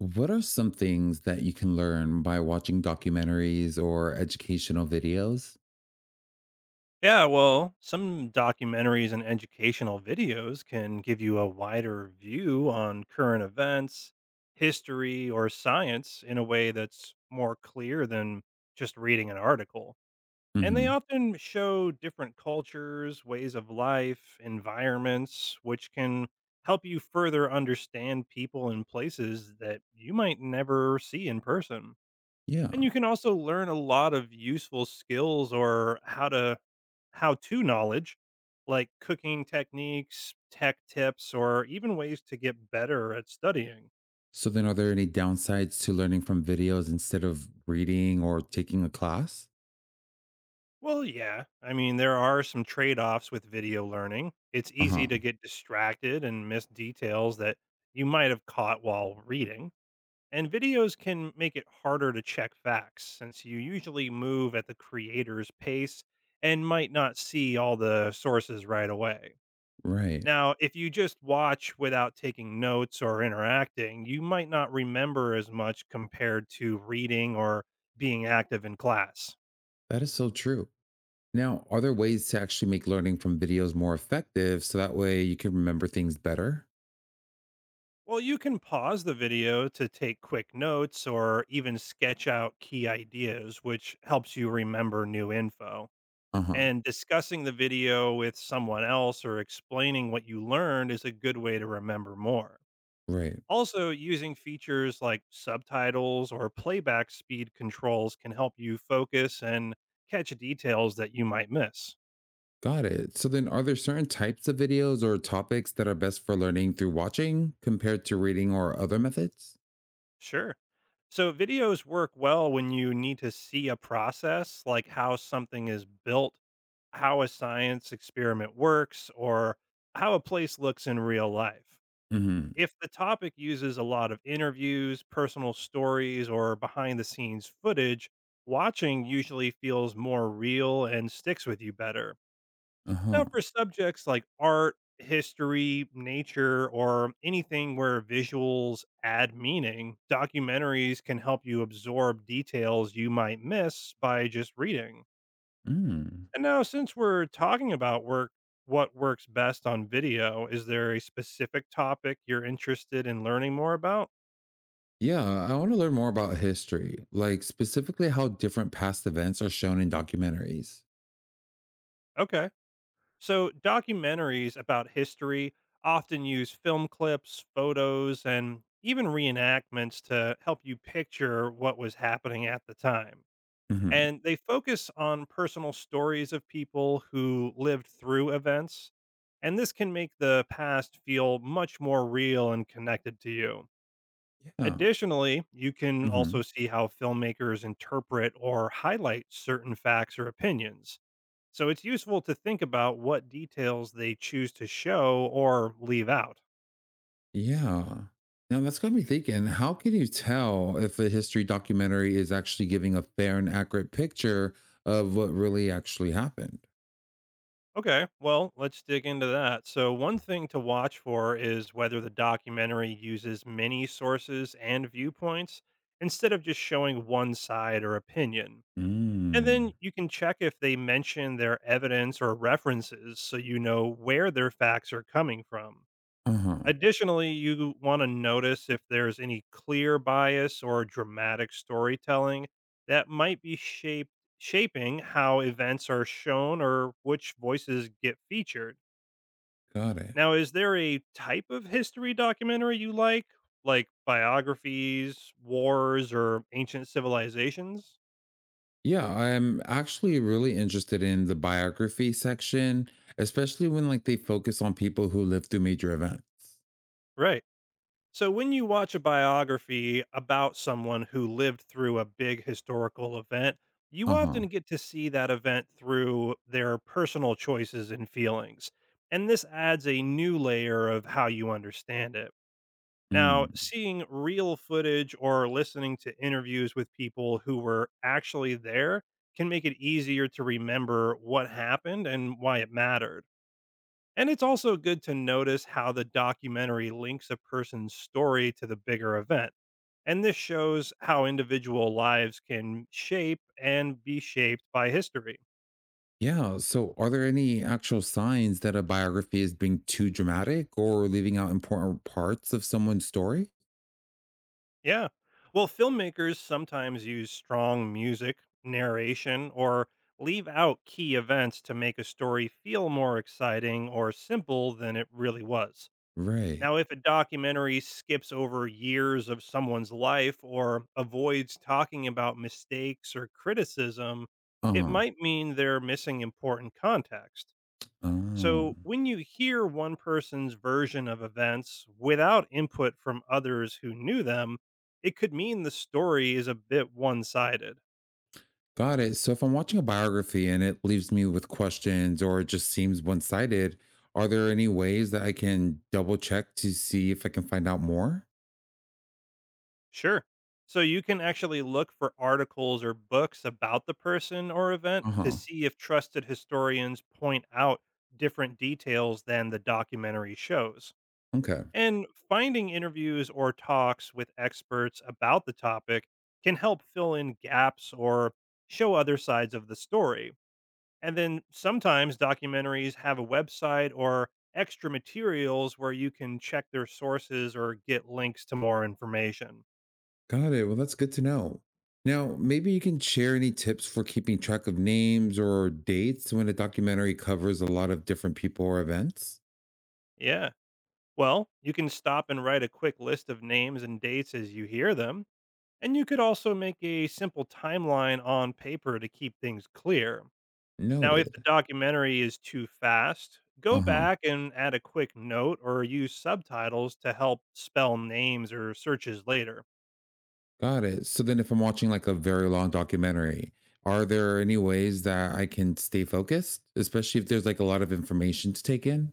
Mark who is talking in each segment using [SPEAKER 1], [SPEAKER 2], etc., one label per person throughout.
[SPEAKER 1] What are some things that you can learn by watching documentaries or educational videos?
[SPEAKER 2] Yeah, well, some documentaries and educational videos can give you a wider view on current events, history, or science in a way that's more clear than just reading an article. And they
[SPEAKER 1] Hmm.
[SPEAKER 2] often show different cultures, ways of life, environments, which can help you further understand people and places that you might never see in person.
[SPEAKER 1] Yeah.
[SPEAKER 2] And you can also learn a lot of useful skills or how to knowledge like cooking techniques, tech tips, or even ways to get better at studying.
[SPEAKER 1] So then, are there any downsides to learning from videos instead of reading or taking a class?
[SPEAKER 2] Well, yeah. I mean, there are some trade offs with video learning. It's
[SPEAKER 1] Uh
[SPEAKER 2] easy
[SPEAKER 1] huh.
[SPEAKER 2] to get distracted and miss details that you might have caught while reading. And videos can make it harder to check facts since you usually move at the creator's pace and might not see all the sources right away.
[SPEAKER 1] Right.
[SPEAKER 2] Now, if you just watch without taking notes or interacting, you might not remember as much compared to reading or being active in class.
[SPEAKER 1] That is so true. Now, are there ways to actually make learning from videos more effective so that way you can remember things better?
[SPEAKER 2] Well, you can pause the video to take quick notes or even sketch out key ideas, which helps you remember new info.
[SPEAKER 1] Uh huh.
[SPEAKER 2] And discussing the video with someone else or explaining what you learned is a good way to remember more.
[SPEAKER 1] Right.
[SPEAKER 2] Also, using features like subtitles or playback speed controls can help you focus and catch details that you might miss.
[SPEAKER 1] Got it. So then, are there certain types of videos or topics that are best for learning through watching compared to reading or other methods?
[SPEAKER 2] Sure. So, videos work well when you need to see a process, like how something is built, how a science experiment works, or how a place looks in real life. If the topic uses a lot of interviews, personal stories, or behind the scenes footage, watching usually feels more real and sticks with you better.
[SPEAKER 1] Uh-huh.
[SPEAKER 2] Now, for subjects like art, history, nature, or anything where visuals add meaning, documentaries can help you absorb details you might miss by just reading.
[SPEAKER 1] Mm.
[SPEAKER 2] And now, since we're talking about work, what works best on video? Is there a specific topic you're interested in learning more about?
[SPEAKER 1] Yeah, I want to learn more about history, like specifically how different past events are shown in documentaries.
[SPEAKER 2] Okay. So documentaries about history often use film clips, photos, and even reenactments to help you picture what was happening at the time.
[SPEAKER 1] Hmm.
[SPEAKER 2] And they focus on personal stories of people who lived through events. And this can make the past feel much more real and connected to you.
[SPEAKER 1] Yeah.
[SPEAKER 2] Additionally, you can also
[SPEAKER 1] Hmm.
[SPEAKER 2] see how filmmakers interpret or highlight certain facts or opinions so it's useful to think about what details they choose to show or leave out.
[SPEAKER 1] Yeah. Now that's got me thinking, how can you tell if a history documentary is actually giving a fair and accurate picture of what really actually happened?
[SPEAKER 2] Okay, well, let's dig into that. So, one thing to watch for is whether the documentary uses many sources and viewpoints instead of just showing one side or opinion. And then
[SPEAKER 1] Mm.
[SPEAKER 2] you can check if they mention their evidence or references so you know where their facts are coming from.
[SPEAKER 1] Uh-huh.
[SPEAKER 2] Additionally, you want to notice if there's any clear bias or dramatic storytelling that might be shaped shaping how events are shown or which voices get featured.
[SPEAKER 1] Got it.
[SPEAKER 2] Now, is there a type of history documentary you like biographies, wars, or ancient civilizations?
[SPEAKER 1] Yeah, I'm actually really interested in the biography section, especially when like they focus on people who lived through major events.
[SPEAKER 2] Right. So, when you watch a biography about someone who lived through a big historical event, you
[SPEAKER 1] Uh-huh.
[SPEAKER 2] often get to see that event through their personal choices and feelings. And this adds a new layer of how you understand it. Now,
[SPEAKER 1] Mm.
[SPEAKER 2] seeing real footage or listening to interviews with people who were actually there can make it easier to remember what happened and why it mattered. And it's also good to notice how the documentary links a person's story to the bigger event. And this shows how individual lives can shape and be shaped by history.
[SPEAKER 1] Yeah. So are there any actual signs that a biography is being too dramatic or leaving out important parts of someone's story?
[SPEAKER 2] Yeah. Well, filmmakers sometimes use strong music, narration, or leave out key events to make a story feel more exciting or simple than it really was.
[SPEAKER 1] Right.
[SPEAKER 2] Now, if a documentary skips over years of someone's life or avoids talking about mistakes or criticism, it
[SPEAKER 1] Uh-huh.
[SPEAKER 2] might mean they're missing important context.
[SPEAKER 1] Oh.
[SPEAKER 2] So, when you hear one person's version of events without input from others who knew them, it could mean the story is a bit one sided.
[SPEAKER 1] Got it. So if I'm watching a biography and it leaves me with questions or it just seems one-sided, are there any ways that I can double check to see if I can find out more?
[SPEAKER 2] Sure. So you can actually look for articles or books about the person or event to
[SPEAKER 1] Uh-huh.
[SPEAKER 2] see if trusted historians point out different details than the documentary shows.
[SPEAKER 1] Okay.
[SPEAKER 2] And finding interviews or talks with experts about the topic can help fill in gaps or show other sides of the story. And then sometimes documentaries have a website or extra materials where you can check their sources or get links to more information.
[SPEAKER 1] Got it. Well, that's good to know. Now, maybe you can share any tips for keeping track of names or dates when a documentary covers a lot of different people or events?
[SPEAKER 2] Yeah. Well, you can stop and write a quick list of names and dates as you hear them, and you could also make a simple timeline on paper to keep things clear. Now, if the
[SPEAKER 1] Noted.
[SPEAKER 2] documentary is too fast, go
[SPEAKER 1] Uh huh.
[SPEAKER 2] back and add a quick note or use subtitles to help spell names or searches later.
[SPEAKER 1] Got it. So then, if I'm watching like a very long documentary, are there any ways that I can stay focused, especially if there's like a lot of information to take in?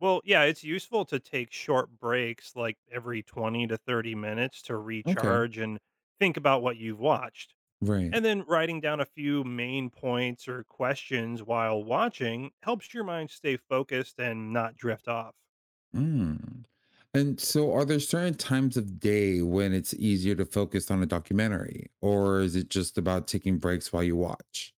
[SPEAKER 2] Well, yeah, it's useful to take short breaks like every 20 to 30 minutes to
[SPEAKER 1] Okay.
[SPEAKER 2] recharge and think about what you've watched.
[SPEAKER 1] Right.
[SPEAKER 2] And then writing down a few main points or questions while watching helps your mind stay focused and not drift off.
[SPEAKER 1] Mm. And so, are there certain times of day when it's easier to focus on a documentary, or is it just about taking breaks while you watch?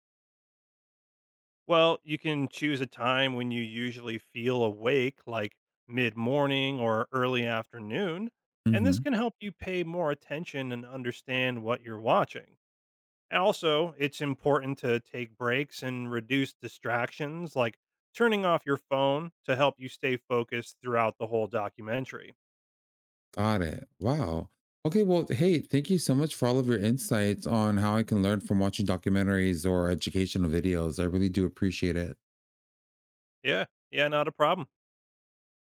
[SPEAKER 2] Well, you can choose a time when you usually feel awake, like mid morning or early afternoon, and
[SPEAKER 1] Hmm.
[SPEAKER 2] this can help you pay more attention and understand what you're watching. And also, it's important to take breaks and reduce distractions, like turning off your phone to help you stay focused throughout the whole documentary.
[SPEAKER 1] Got it. Wow. Okay. Well, hey, thank you so much for all of your insights on how I can learn from watching documentaries or educational videos. I really do appreciate it.
[SPEAKER 2] Yeah, yeah, not a problem.